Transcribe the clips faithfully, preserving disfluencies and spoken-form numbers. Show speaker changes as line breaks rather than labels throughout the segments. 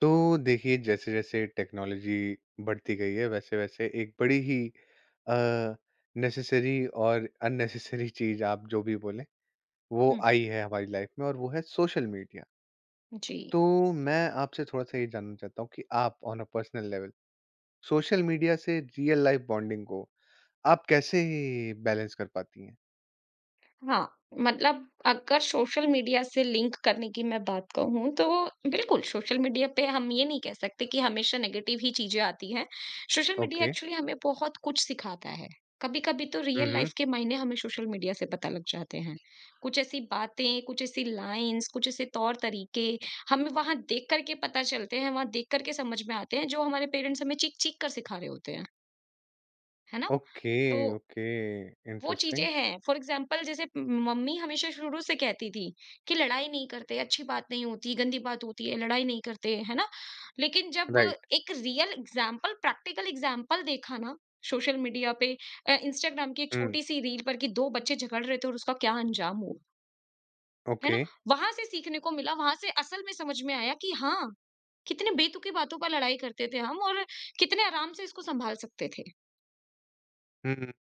तो देखिए, जैसे जैसे टेक्नोलॉजी बढ़ती गई है वैसे वैसे एक बड़ी ही नेसेसरी और अननेसेसरी चीज आप जो भी बोलें वो
हुँ,
आई है हमारी लाइफ में, और वो है सोशल मीडिया।
जी।
तो मैं आपसे थोड़ा सा ये जानना चाहता हूँ कि आप on a personal level social media से रियल लाइफ बॉन्डिंग को आप कैसे बैलेंस कर पाती हैं।
हाँ, मतलब अगर सोशल मीडिया से लिंक करने की मैं बात कहूँ तो बिल्कुल सोशल मीडिया पे हम ये नहीं कह सकते कि हमेशा नेगेटिव ही चीज़ें आती हैं। Social media
okay.
एक्चुअली हमें बहुत कुछ सिखाता है। कभी-कभी तो रियल
हम्म।
लाइफ़ के मायने हमें सोशल मीडिया से पता लग जाते हैं। कुछ ऐसी बातें, कुछ ऐसी लाइन्स, कुछ ऐसे तौर-तरीके हमें वहाँ देख कर के पता चलते हैं, वहाँ देख कर के समझ में आते हैं जो हमारे पेरेंट्स हमें चीख-चीख कर सिखा रहे होते हैं। है ना?
ओके।
तो
ओके,
वो चीज़ें
इंटरेस्टिंग।
हैं। फॉर एग्ज़ाम्पल जैसे मम्मी हमेशा शुरू से कहती थी कि लड़ाई नहीं करते, अच्छी बात नहीं होती, गंदी बात होती है, लड़ाई नहीं करते, है ना? लेकिन जब
राइट।
एक रियल एग्ज़ाम्पल, प्रैक्टिकल एग्ज़ाम्पल देखा ना सोशल मीडिया पे अ, इंस्टाग्राम की एक
हम्म।
छोटी-सी रील पर कि दो बच्चे झगड़ रहे थे और उसका क्या अंजाम हुआ, है
ओके।
ना? वहाँ से सीखने को मिला, वहाँ से असल में समझ में आया कि हाँ, कितने बेतुकी बातों पर लड़ाई करते थे हम और कितने आराम से इसको सँभाल सकते थे।
हम्म।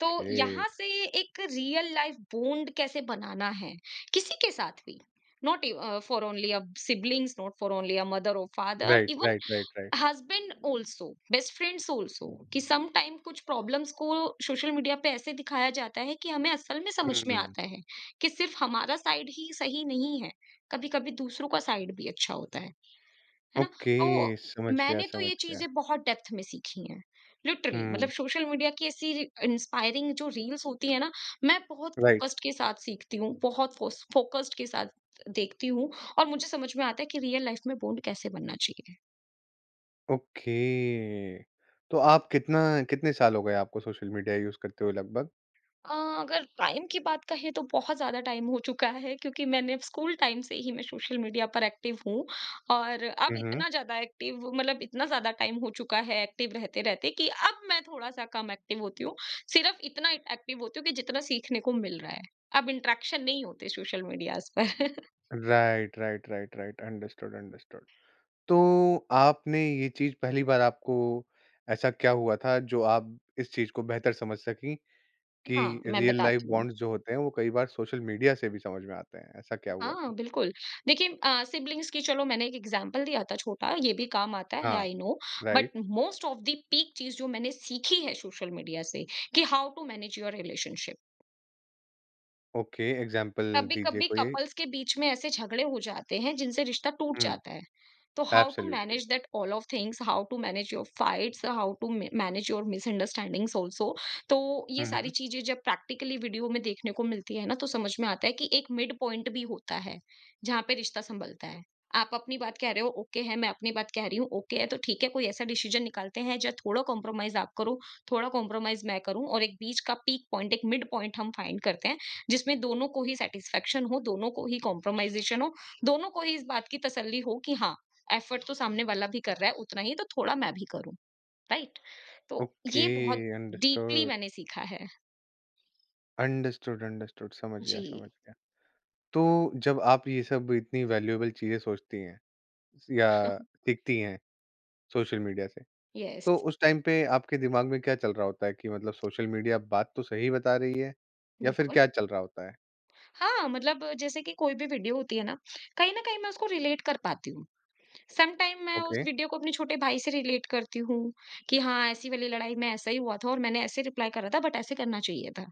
तो यहाँ से एक रियल लाइफ बॉन्ड कैसे बनाना है किसी के साथ भी, not for only a siblings, not for only a mother और father,
right,
even
right, right, right.
Husband also, best friends also कि सम टाइम कुछ प्रॉब्लम्स को सोशल मीडिया पे ऐसे दिखाया जाता है कि हमें असल में समझ में
हुँ।
आता है कि सिर्फ हमारा साइड ही सही नहीं है, कभी कभी दूसरों का साइड भी अच्छा होता है। है ना? तो
ओके, समझ गया,
मैंने तो
समझ
ये
गया।
चीज़ें बहुत डेप्थ में सीखी हैं, लिटरली
हुँ।
मतलब सोशल मीडिया की ऐसी इंस्पायरिंग जो रील्स होती है ना, मैं बहुत
राइट।
फ़ोकस्ड के साथ सीखती हूँ, बहुत फ़ोस फ़ोकस्ड के साथ देखती हूँ और मुझे समझ में आता है कि रियल लाइफ़ में बॉन्ड कैसे बनना चाहिए।
ओके। तो आप कितना कितने साल हो गए आपको सोशल मीडिया यूज़ करते हुए लगभग?
अ, अगर टाइम की बात कहें तो बहुत ज़्यादा टाइम हो चुका है क्योंकि मैंने स्कूल टाइम से ही मैं सोशल मीडिया पर एक्टिव हूँ और अब
हुँ, हुँ।
इतना ज़्यादा एक्टिव मतलब इतना ज़्यादा टाइम हो चुका है एक्टिव रहते-रहते कि अब मैं थोड़ा-सा कम एक्टिव होती हूँ। सिर्फ़ इतना एक्टिव होती हूँ कि जितना सीखने को मिल रहा है। अब इंटरेक्शन नहीं होते सोशल मीडियाज़ पर।
Right, right, right, right, understood, understood. तो आपने ये चीज़ पहली बार आपको ऐसा क्या हुआ था जो आप इस चीज़ को बेहतर समझ सकीं
हाँ,
कि
मैं
रियल लाइफ़
बताती हूँ।
बॉन्ड्स जो होते हैं वो कई बार सोशल मीडिया से भी समझ में आते हैं, ऐसा क्या हुआ
हाँ,
था?
बिल्कुल। देखिए अ, सिब्लिंग्स की चलो मैंने एक एग्ज़ाम्पल दिया था छोटा, ये भी काम आता है
हाँ।
I know, but
right.
Most of the peak चीज़ जो मैंने सीखी है सोशल मीडिया से कि how to manage your relationship.
Okay, example दीजिए
कभी-कभी
कोई।
कपल्स के बीच में ऐसे झगड़े हो जाते हैं जिनसे रिश्ता टूट
हुँ।
जाता है। So how to
absolutely.
manage that all of things, how to manage your fights, how to ma- manage your misunderstandings also. तो ये
हुँ,
सारी
हुँ।
चीजें जब प्रैक्टिकली वीडियो में देखने को मिलती है ना तो समझ में आता है कि एक मिड पॉइंट भी होता है जहाँ पे रिश्ता संभलता है। आप अपनी बात कह रहे हो ओके है, मैं अपनी बात कह रही हूँ ओके है, तो ठीक है कोई ऐसा डिसीजन निकालते हैं जहाँ थोड़ा कॉम्प्रोमाइज आप करो, थोड़ा कॉम्प्रोमाइज मैं करूँ, और एक बीच का पीक पॉइंट, एक मिड पॉइंट हम फाइंड करते हैं जिसमें दोनों को ही सेटिस्फेक्शन हो, दोनों को ही कॉम्प्रोमाइजेशन हो, दोनों को ही इस बात की तसल्ली हो कि हाँ, एफर्ट तो सामने वाला भी कर रहा है उतना ही, तो थोड़ा मैं भी करूं। राइट। तो
ओके।
ये बहुत डीपली
अंडरस्टूड,
मैंने सीखा है।
अंडरस्टूड, अंडरस्टूड, समझ गया, समझ
जी।
गया। तो जब आप ये सब इतनी वैल्यूएबल चीजें सोचती हैं या सीखती हैं सोशल मीडिया से,
यस।
तो उस टाइम पे आपके दिमाग में क्या चल रहा होता है कि मतलब सोशल मीडिया बात तो सही बता रही है या फिर
बिल्कुल।
क्या चल रहा होता है?
हाँ, मतलब जैसे कि कोई भी वीडियो होती है ना, कहीं ना कहीं मैं उसको रिलेट कर पाती हूँ। सम टाइम मैं उस
ओके।
वीडियो को अपने छोटे भाई से रिलेट करती हूँ कि हाँ, ऐसी वाली लड़ाई में ऐसा ही हुआ था और मैंने ऐसे रिप्लाई करा था, बट ऐसे करना चाहिए था।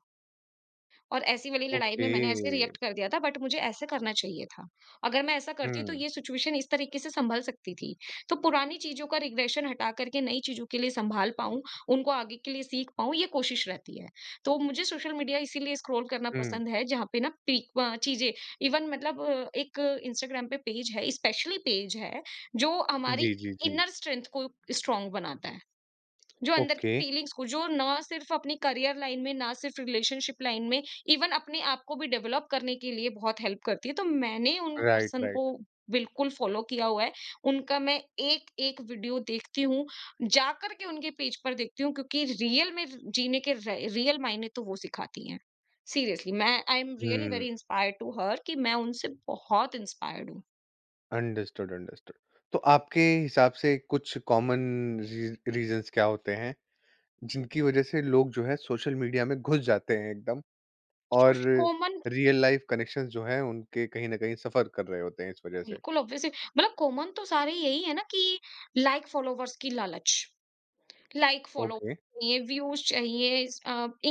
और ऐसी वाली लड़ाई में
ओके।
मैंने ऐसे रिएक्ट कर दिया था, बट मुझे ऐसे करना चाहिए था। अगर मैं ऐसा करती तो
हम्म।
ये सिचुएशन इस तरीके से सँभल सकती थी। तो पुरानी चीज़ों का रिग्रेशन हटा कर के नई चीज़ों के लिए सँभाल पाऊँ, उनको आगे के लिए सीख पाऊँ, ये कोशिश रहती है। तो मुझे सोशल मीडिया इसीलिए स्क्रॉल करना
हम्म।
पसंद है जहाँ पे ना पीक अ, चीज़ें, इवन मतलब अ, एक इंस्टाग्राम पे पेज है, स्पेशली पेज है जो
जी,
हमारी
जी, जी।
इनर स्ट्रेंथ को स्ट्रॉन्ग बनाता है। जो अंदर की
ओके।
फीलिंग्स को, जो ना सिर्फ अपनी करियर लाइन में, ना सिर्फ रिलेशनशिप लाइन में, इवन अपने आप को भी डेवलप करने के लिए बहुत हेल्प करती है। तो मैंने उन
राइट,
पर्सन
राइट।
को बिल्कुल फ़ॉलो किया हुआ है। उनका मैं एक-एक वीडियो देखती हूँ, जाकर के उनके पेज पर देखती हूँ क्योंकि रियल में जीने के र रियल मायने तो वो सिखाती हैं। सीरियसली मैं, I am really
hmm.
Very inspired to her, कि मैं उनसे बहुत इंस्पायर्ड हूँ।
Understood, understood. तो आपके हिसाब से कुछ कॉमन रीजंस क्या होते हैं जिनकी वजह से लोग जो है सोशल मीडिया में घुस जाते हैं एकदम,
सो
और
कॉमन।
रियल लाइफ कनेक्शंस जो हैं उनके कहीं न कहीं सफ़र कर रहे होते हैं इस वजह से।
बिल्कुल ऑब्वियसली, मतलब कॉमन तो सारे यही है ना कि लाइक फॉलोवर्स की लालच, लाइक फॉलो
ओके।
चाहिए, व्यूज चाहिए,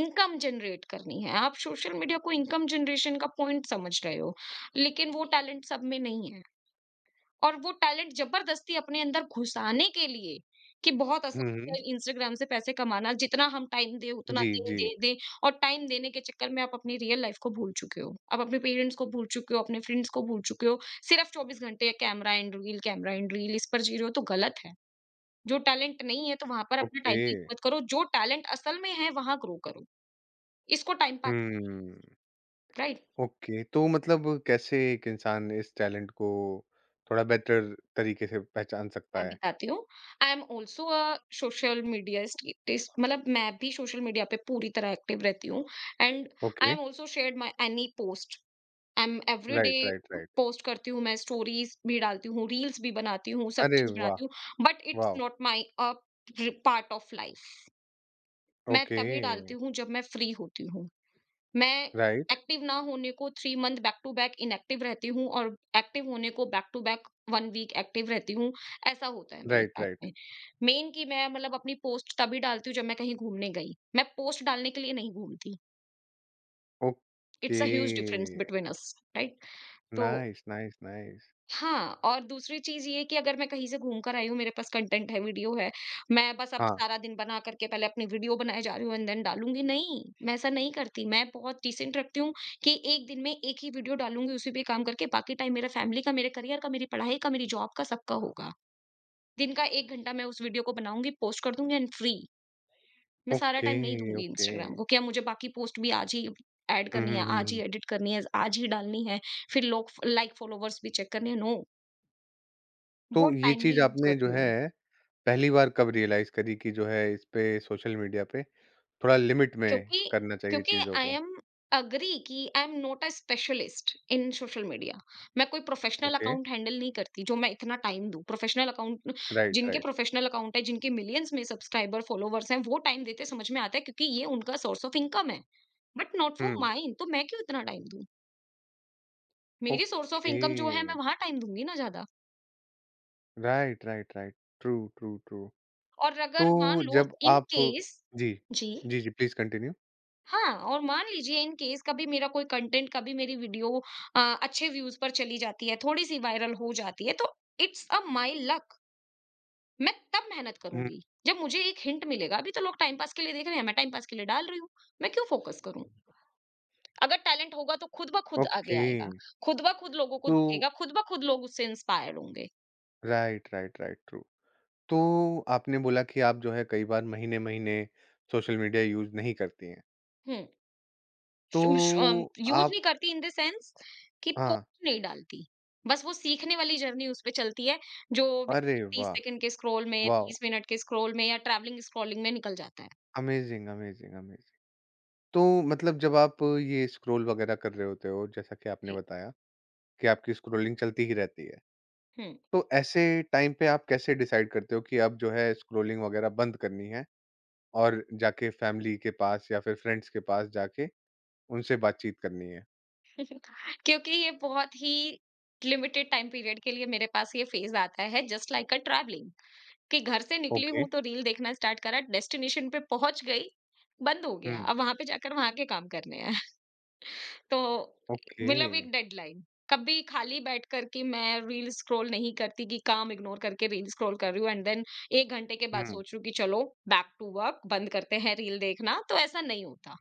इनकम जनरेट करनी है, आप सोशल मीडिया को इनकम जनरेशन का पॉइंट समझ रहे हो। लेकिन वो टैलेंट सब में नहीं है, और वो टैलेंट ज़बरदस्ती अपने अंदर घुसाने के लिए कि बहुत
हुँ,
आसान
हुँ।
है इंस्टाग्राम से पैसे कमाना, जितना हम टाइम दें उतना
जी,
दें,
जी।
दें, दें, और टाइम देने के चक्कर में आप अपनी रियल लाइफ़ को भूल चुके हो। आप अपने पेरेंट्स को भूल चुके हो, अपने फ्रेंड्स को भूल चुके हो। सिर्फ़ चौबीस घंटे camera and reel, camera and reel इस पर जी रहे हो तो गलत है। जो टैलेंट नहीं है तो वहाँ पर अपना टाइम
ओके।
वेस्ट मत करो। जो टैलेंट असल में है वहाँ ग्रो करो। इसको time pass.
Hmm.
Right?
Okay, तो मतलब कैसे एक इंसान इस टैलेंट को थोड़ा बेटर तरीके से पहचान सकता
मैं
है?
बताती हूँ। I am also a social media status, मतलब मैं भी सोशल मीडिया पे पूरी तरह एक्टिव रहती हूँ, and I
okay.
Am also shared my any post. I am
right,
everyday
right, right.
Post करती हूँ, मैं स्टोरीज़ भी डालती हूँ, रील्स भी बनाती हूँ, सब
अरे
चीज़
वाह!
बनाती हूँ, but it's
wow!
Not my a part of life. मैं
ओके।
तभी डालती हूँ जब मैं फ्री होती हूँ। मैं
राइट,
एक्टिव ना होने को three month back to back inactive रहती हूँ और एक्टिव होने को back to back one week active रहती हूँ, ऐसा होता है मेरे
राइट,
साथ
राइट।
में। मेन कि मैं मतलब अपनी पोस्ट तभी डालती हूँ जब मैं कहीं घूमने गई, मैं पोस्ट डालने के लिए नहीं घूमती।
Okay.
It's a huge difference between us, right? तो
नाइस, नाइस, नाइस।
हाँ, और दूसरी चीज़ ये कि अगर मैं कहीं से घूम कर आई हूँ, मेरे पास कंटेंट है, वीडियो है, मैं बस अब
हाँ।
सारा दिन बना कर के पहले अपनी वीडियो बनाए जा रही हूँ एंड देन डालूँगी, नहीं, मैं ऐसा नहीं करती। मैं बहुत डिसेंट रखती हूँ कि एक दिन में एक ही वीडियो डालूँगी, उसी पे काम करके बाकी टाइम मेरा फैमिली का, मेरे करियर का, मेरी पढ़ाई का, मेरी जॉब का, सबका होगा। दिन का एक घंटा मैं उस वीडियो को बनाऊँगी, पोस्ट कर दूँगी एंड फ्री। मैं सारा
ओके,
टाइम नहीं दूँगी
ओके।
इंस्टाग्राम को कि अब मुझे बाकी पोस्ट भी आज ही ऐड
हुँ,
करनी
हुँ,
है,
हुँ,
आज ही
हुँ।
एडिट करनी है, आज ही डालनी है, फिर लोग फ लाइक, फॉलोवर्स भी चेक करने हैं, नो।
तो
बहुत
ये
टाइमली
चीज़
यूज़
आपने जो
करती
है
हूँ।
पहली बार कब रियलाइज़ करी कि जो है इस पे सोशल मीडिया पे थोड़ा लिमिट में
क्योंकि
करना चाहिए
क्योंकि
चीज़ों
आई
को?
एम एग्री कि I am not a specialist in social media. मैं कोई प्रोफ़ेशनल
ओके,
अकाउंट हैंडल नहीं करती जो मैं इतना टाइम दूँ। प्रोफ़ेशनल अकाउंट,
राइट,
जिनके
राइट।
प्रोफ़ेशनल अकाउंट है, जिनके मिलियंस में सब्सक्राइबर, फॉलोवर्स हैं, वो टाइम देते समझ में आता है क्योंकि ये उनका सोर्स ऑफ इनकम है। But not for
hmm.
Mine, तो मैं क्यों इतना टाइम दूँ? मेरी सोर्स ऑफ
ओके।
इनकम जो है मैं वहाँ टाइम दूँगी ना ज़्यादा।
Right, right, right. True, true, true.
और अगर मान
तो
लो
जब
इन
आप
केस,
जी।
जी।
जी, जी, प्लीज़ कंटिन्यू।
हाँ, और मान लीजिए इन केस कभी मेरा कोई कंटेंट, कभी मेरी वीडियो अ, अच्छे व्यूज़ पर चली जाती है, थोड़ी-सी वायरल हो जाती है, तो इट्स अ माई लक, मैं तब मेहनत
हुँ।
करूँगी, जब मुझे एक हिंट मिलेगा। अभी तो लोग टाइम पास के लिए देख रहे हैं, मैं टाइम पास के लिए डाल रही हूँ, मैं क्यों फोकस करूँ? अगर टैलेंट होगा तो खुद ब खुद आगे
ओके।
आएगा, खुद ब खुद लोगों को
तो
दिखेगा, खुद ब खुद लोग उससे इंस्पायर्ड होंगे।
Right, right, right, true. तो आपने बोला कि आप जो है कई बार महीने-महीने सोशल मीडिया यूज़ नहीं करती हैं।
हुँ।
तो
यूज
आप
नहीं करती इन द सेंस कि
हाँ।
पोस्ट नहीं डालती, बस वो सीखने वाली जर्नी उस पे चलती है। जो भी
अरे
तीस
वाह!
सेकंड के स्क्रॉल में,
वॉव!
तीस मिनट के स्क्रॉल में या ट्रैवलिंग स्क्रॉलिंग में निकल जाता है।
Amazing, amazing, amazing. तो मतलब जब आप ये स्क्रॉल वगैरह कर रहे होते हो, जैसा कि आपने
जी,
बताया कि आपकी स्क्रॉलिंग चलती ही रहती है।
हम्म।
तो ऐसे टाइम पे आप कैसे डिसाइड करते हो कि अब जो है स्क्रॉलिंग वगैरह बंद करनी है और जाके फैमिली के पास या फिर फ्रेंड्स के पास जाके उनसे बातचीत करनी है?
क्योंकि ये बहुत ही लिमिटेड टाइम पीरियड के लिए मेरे पास ये फेज आता है, जस्ट लाइक अ ट्रैवलिंग। कि घर से निकली
ओके।
हूं तो रील देखना स्टार्ट करा, डेस्टिनेशन पे पहुंच गई, बंद हो गया।
हुँ।
अब वहां पे जाकर वहां के काम करने हैं। तो
ओके।
मतलब एक डेडलाइन। कभी खाली बैठ कर के मैं रील स्क्रॉल नहीं करती कि काम इग्नोर करके रील स्क्रॉल कर रही हूँ एंड देन एक घंटे के बाद
हुँ।
सोच रही हूँ कि चलो बैक टू वर्क, बंद करते हैं रील देखना। तो ऐसा नहीं होता।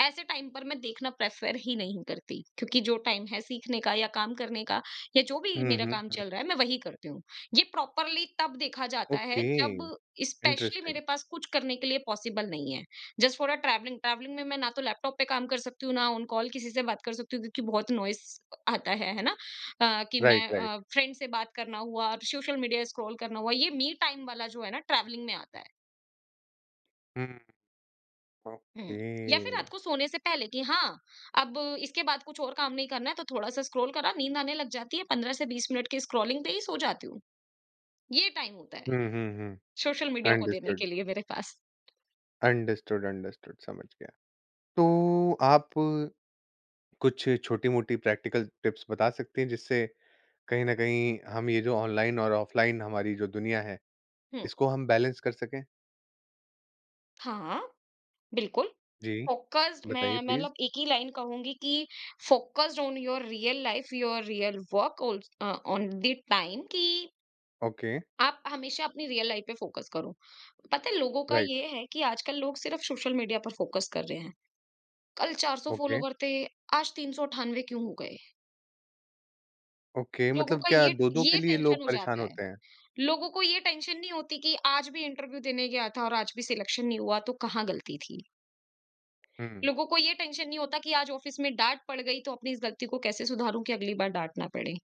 ऐसे टाइम पर मैं देखना प्रेफर ही नहीं करती क्योंकि जो टाइम है सीखने का या काम करने का या जो भी
हुँ,
मेरा
हुँ,
काम
हुँ।
चल रहा है मैं वही करती हूँ। ये प्रॉपरली तब देखा जाता है
ओके,
जब स्पेशली
इंटरेस्टिंग।
मेरे पास कुछ करने के लिए पॉसिबल नहीं है। Just for a travelling. Travelling में मैं ना तो लैपटॉप पे काम कर सकती हूँ, ना ऑन कॉल किसी से बात कर सकती हूँ क्योंकि बहुत नॉइज़ आता है, है ना? अ, कि
राइट,
मैं
राइट।
अ, फ्रेंड से बात करना हुआ, सोशल मीडिया स्क्रॉल करना हुआ, ये मी टाइम वाला जो है ना ट्रैवलिंग में आता है।
हुँ।
हुँ।
ओके।
या फिर रात को सोने से पहले कि हाँ, अब इसके बाद कुछ और काम नहीं करना है, तो थोड़ा-सा स्क्रॉल करा, नींद आने लग जाती है, पंद्रह से बीस मिनट की स्क्रॉलिंग पे ही सो जाती हूँ। ये टाइम होता है
हुँ, हुँ, हुँ।
सोशल मीडिया को देने
अंडरस्टूड,
के लिए मेरे पास।
अंडरस्टूड, अंडरस्टूड, समझ गया। तो आप कुछ छोटी-मोटी प्रैक्टिकल टिप्स बता सकती हैं जिससे कहीं न कहीं हम ये जो ऑनलाइन और ऑफलाइन हमारी जो दुनिया है,
हुँ।
इसको हम बैलेंस कर सकें?
हाँ, बिल्कुल।
जी,
फ़ोकस्ड,
बताइए
मैं
प्लीज़।
मतलब एक ही लाइन कहूँगी कि focused on your real life, your real work, also a, on the time. कि
ओके।
आप हमेशा अपनी रियल लाइफ़ पे फ़ोकस करो। पता है लोगों का
राइट।
ये है कि आजकल लोग सिर्फ़ सोशल मीडिया पर फ़ोकस कर रहे हैं। कल चार सौ
ओके।
फॉलोवर थे, आज तीन सौ अट्ठानवे क्यों हो गए?
ओके,
लोगों
मतलब
का
क्या
ये
दो दो के
ये
लिए लोग
टेंशन हो
परेशान
जाता है।
होते हैं?
लोगों को ये टेंशन नहीं होती कि आज भी इंटरव्यू देने गया था और आज भी सिलेक्शन नहीं हुआ, तो कहाँ गलती थी?
हुँ।
लोगों को ये टेंशन नहीं होता कि आज ऑफिस में डाँट पड़ गई, तो अपनी इस गलती को कैसे सुधारूँ कि अगली बार डाँट ना पड़े?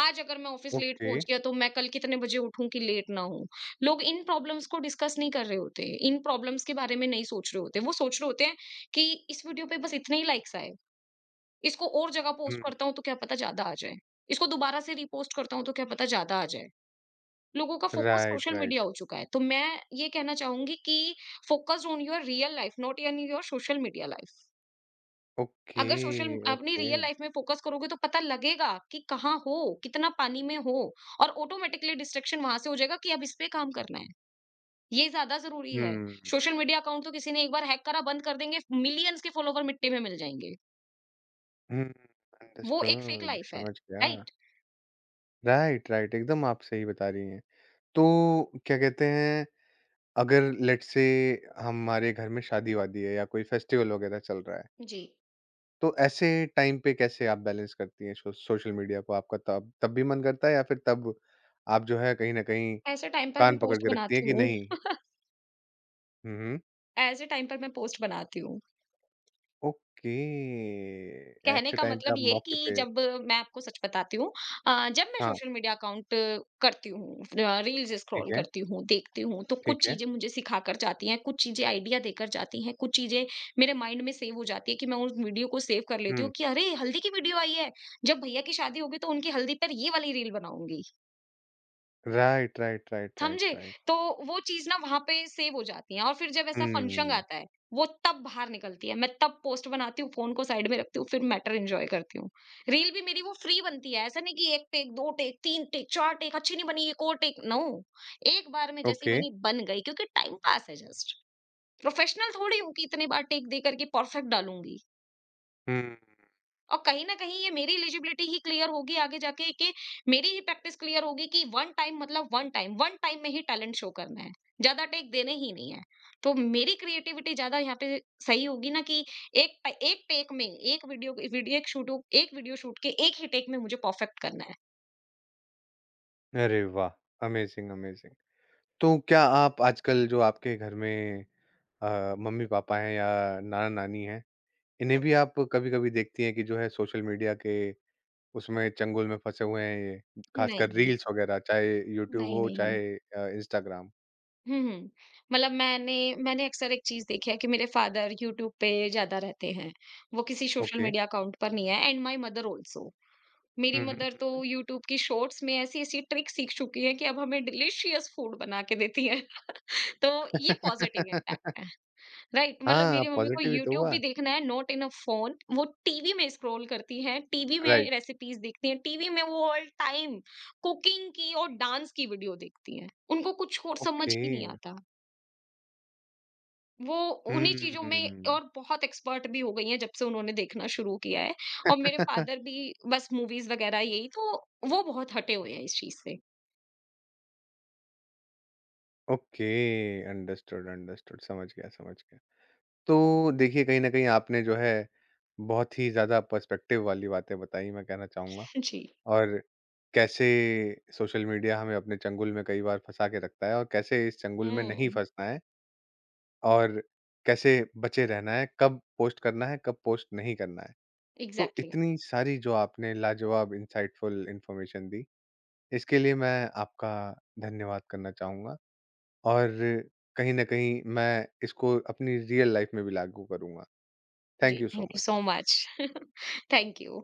आज अगर मैं ऑफिस लेट
ओके।
पहुँच गया तो मैं कल कितने बजे उठूँ कि लेट ना हो? लोग इन प्रॉब्लम्स को डिस्कस नहीं कर रहे होते, इन प्रॉब्लम्स के बारे में नहीं सोच रहे होते। वो सोच रहे होते हैं कि इस वीडियो पे बस इतने ही लाइक्स आए। इसको और जगह पोस्ट
हुँ।
करता हूँ तो क्या पता ज़्यादा आ जाए, इसको दोबारा से रीपोस्ट करता हूँ तो क्या पता ज़्यादा आ जाए। लोगों का focus
right,
social media
right.
हो चुका है। तो मैं ये कहना चाहूँगी कि focused on your real life, not in your social media life.
Okay,
अगर सोशल अपनी
ओके।
रियल लाइफ़ में फ़ोकस करोगे तो पता लगेगा कि कहाँ हो, कितना पानी में हो, और ऑटोमैटिकली डिस्ट्रैक्शन वहाँ से हो जाएगा कि अब इस पे काम करना है। ये ज़्यादा ज़रूरी है।
हुँ,
सोशल मीडिया अकाउंट तो किसी ने एक बार हैक करा बंद कर देंगे, मिलियंस के फ़ॉलोवर मिट्टी में मिल जाएँगे।
हुँ,
वो एक फ़ेक
अंडरस्टूड,
लाइफ़ है,
समझ गया।
राइट?
राइट, राइट, एकदम आप सही बता रही हैं। तो क्या कहते हैं, अगर लेट्स से हमारे घर में शादी-वादी है या कोई फेस्टिवल वगैरह चल रहा है,
जी।
तो ऐसे टाइम पे कैसे आप बैलेंस करती हैं सो सोशल मीडिया को? आपका तब तब भी मन करता है या फिर तब आप जो है कहीं न कहीं
ऐसे टाइम पर
कान
मैं
पकड़
पोस्ट
के रखती हैं
बनाती
कि
हूँ
नहीं? हुँ, हुँ।
ऐसे टाइम पर मैं पोस्ट बनाती हूँ।
ओके,
कहने
ऐसे
का
टाइम पे
मतलब
आप
ये
मौके
कि
पे
जब मैं आपको सच बताती हूँ, अ, जब मैं
हाँ,
सोशल मीडिया अकाउंट करती हूँ, र रील्स
ठीक
स्क्रॉल
है,
करती हूँ, देखती हूँ, तो
ठीक
कुछ
है।
चीज़ें मुझे सिखा कर जाती हैं, कुछ चीज़ें आइडिया देकर जाती हैं, कुछ चीज़ें मेरे माइंड में सेव हो जाती है कि मैं उस वीडियो को सेव कर लेती
हुँ,
हूँ कि अरे! हल्दी की वीडियो आई है, जब भैया की शादी होगी तो उनकी हल्दी पर ये वाली रील बनाऊँगी।
राइट, राइट, राइट, राइट,
समझे?
राइट।
तो वो चीज़ ना वहाँ पे सेव हो जाती है और फिर जब ऐसा फंक्शन
हुँ,
आता है, वो तब बाहर निकलती है। मैं तब पोस्ट बनाती हूँ, फ़ोन को साइड में रखती हूँ, फिर मैटर एन्जॉय करती हूँ। रील भी मेरी वो फ्री बनती है, ऐसा नहीं कि एक टेक, दो टेक, तीन टेक, चार टेक, अच्छी नहीं बनी एक और टेक, नो। एक बार में जैसी
ओके।
बनी बन गई क्योंकि टाइम पास है जस्ट। प्रोफेशनल थोड़ी हूँ कि इतनी बार टेक दे करके परफेक्ट डालूँगी।
हुँ।
और कहीं न कहीं ये मेरी एलिजिबिलिटी ही क्लियर होगी आगे जाके कि मेरी ही प्रैक्टिस क्लियर होगी कि वन टाइम मतलब वन टाइम, वन टाइम में ही टैलेंट शो करना है। ज़्यादा टेक देने ही नहीं है। तो मेरी क्रिएटिविटी ज़्यादा यहाँ पे सही होगी ना कि एक ट एक टेक में, एक वीडियो वीडियो एक शूट एक वीडियो शूट के एक ही टेक में मुझे परफेक्ट करना है।
अरे वाह! Amazing, amazing. तो क्या आप आजकल जो आपके घर में अ, मम्मी-पापा हैं या नाना-नानी हैं, इन्हें
हुँ।
भी आप कभी-कभी देखती हैं कि जो है सोशल मीडिया के उसमें चंगुल में फँसे हुए हैं ये, खासकर
नहीं,
रील्स वगैरह, चाहे यूट्यूब
नहीं,
हो,
नहीं।
चाहे अ, इंस्टाग्राम?
हुँ, हुँ। मतलब मैंने मैंने अक्सर एक चीज़ देखी है कि मेरे फादर यूट्यूब पे ज़्यादा रहते हैं। वो किसी सोशल
ओके।
मीडिया अकाउंट पर नहीं है, एंड माय मदर ऑल्सो। मेरी
हुँ, हुँ,
मदर तो
हुँ।
यूट्यूब की शॉर्ट्स में ऐसी-ऐसी ट्रिक सीख चुकी है कि अब हमें डिलीशियस फूड बना के देती है। तो ये पॉज़िटिव इम्पैक्ट है, राइट? मतलब
हाँ,
मेरी मम्मी को
पॉज़िटिव ही तो
यूट्यूब
हुआ।
भी देखना है, नॉट इन अ फ़ोन। वो टीवी में स्क्रॉल करती हैं, टीवी में
राइट,
रेसिपीज़ देखती हैं, टीवी में वो ऑल टाइम कुकिंग की और डांस की वीडियो देखती हैं। उनको कुछ और समझ
ओके।
ही नहीं आता। वो उन्हीं चीज़ों में
हम्म।
और बहुत एक्सपर्ट भी हो गई हैं जब से उन्होंने देखना शुरू किया है, और मेरे फादर भी बस मूवीज़ वग़ैरह, यही तो वो बहुत हटे हुए हैं इस चीज़ से।
ओके, अंडरस्टूड, अंडरस्टूड, समझ गया, समझ गया। तो देखिए, कहीं न कहीं आपने जो है, बहुत ही ज़्यादा पर्सपेक्टिव वाली बातें बताई मैं कहना चाहूँगा,
जी।
और कैसे सोशल मीडिया हमें अपने चंगुल में कई बार फँसा के रखता है और कैसे इस चंगुल में नहीं
हुँ,
फँसना है, और कैसे बचे रहना है, कब पोस्ट करना है, कब पोस्ट नहीं करना है। तो
एग्ज़ैक्टली।
इतनी सारी जो आपने लाजवाब इनसाइटफुल इन्फॉर्मेशन दी, इसके लिए मैं आपका धन्यवाद करना चाहूँगा और कहीं न कहीं मैं इसको अपनी रियल लाइफ़ में भी लागू करूँगा।
जी,
thank you so
thank you so
much.
Much. Thank you.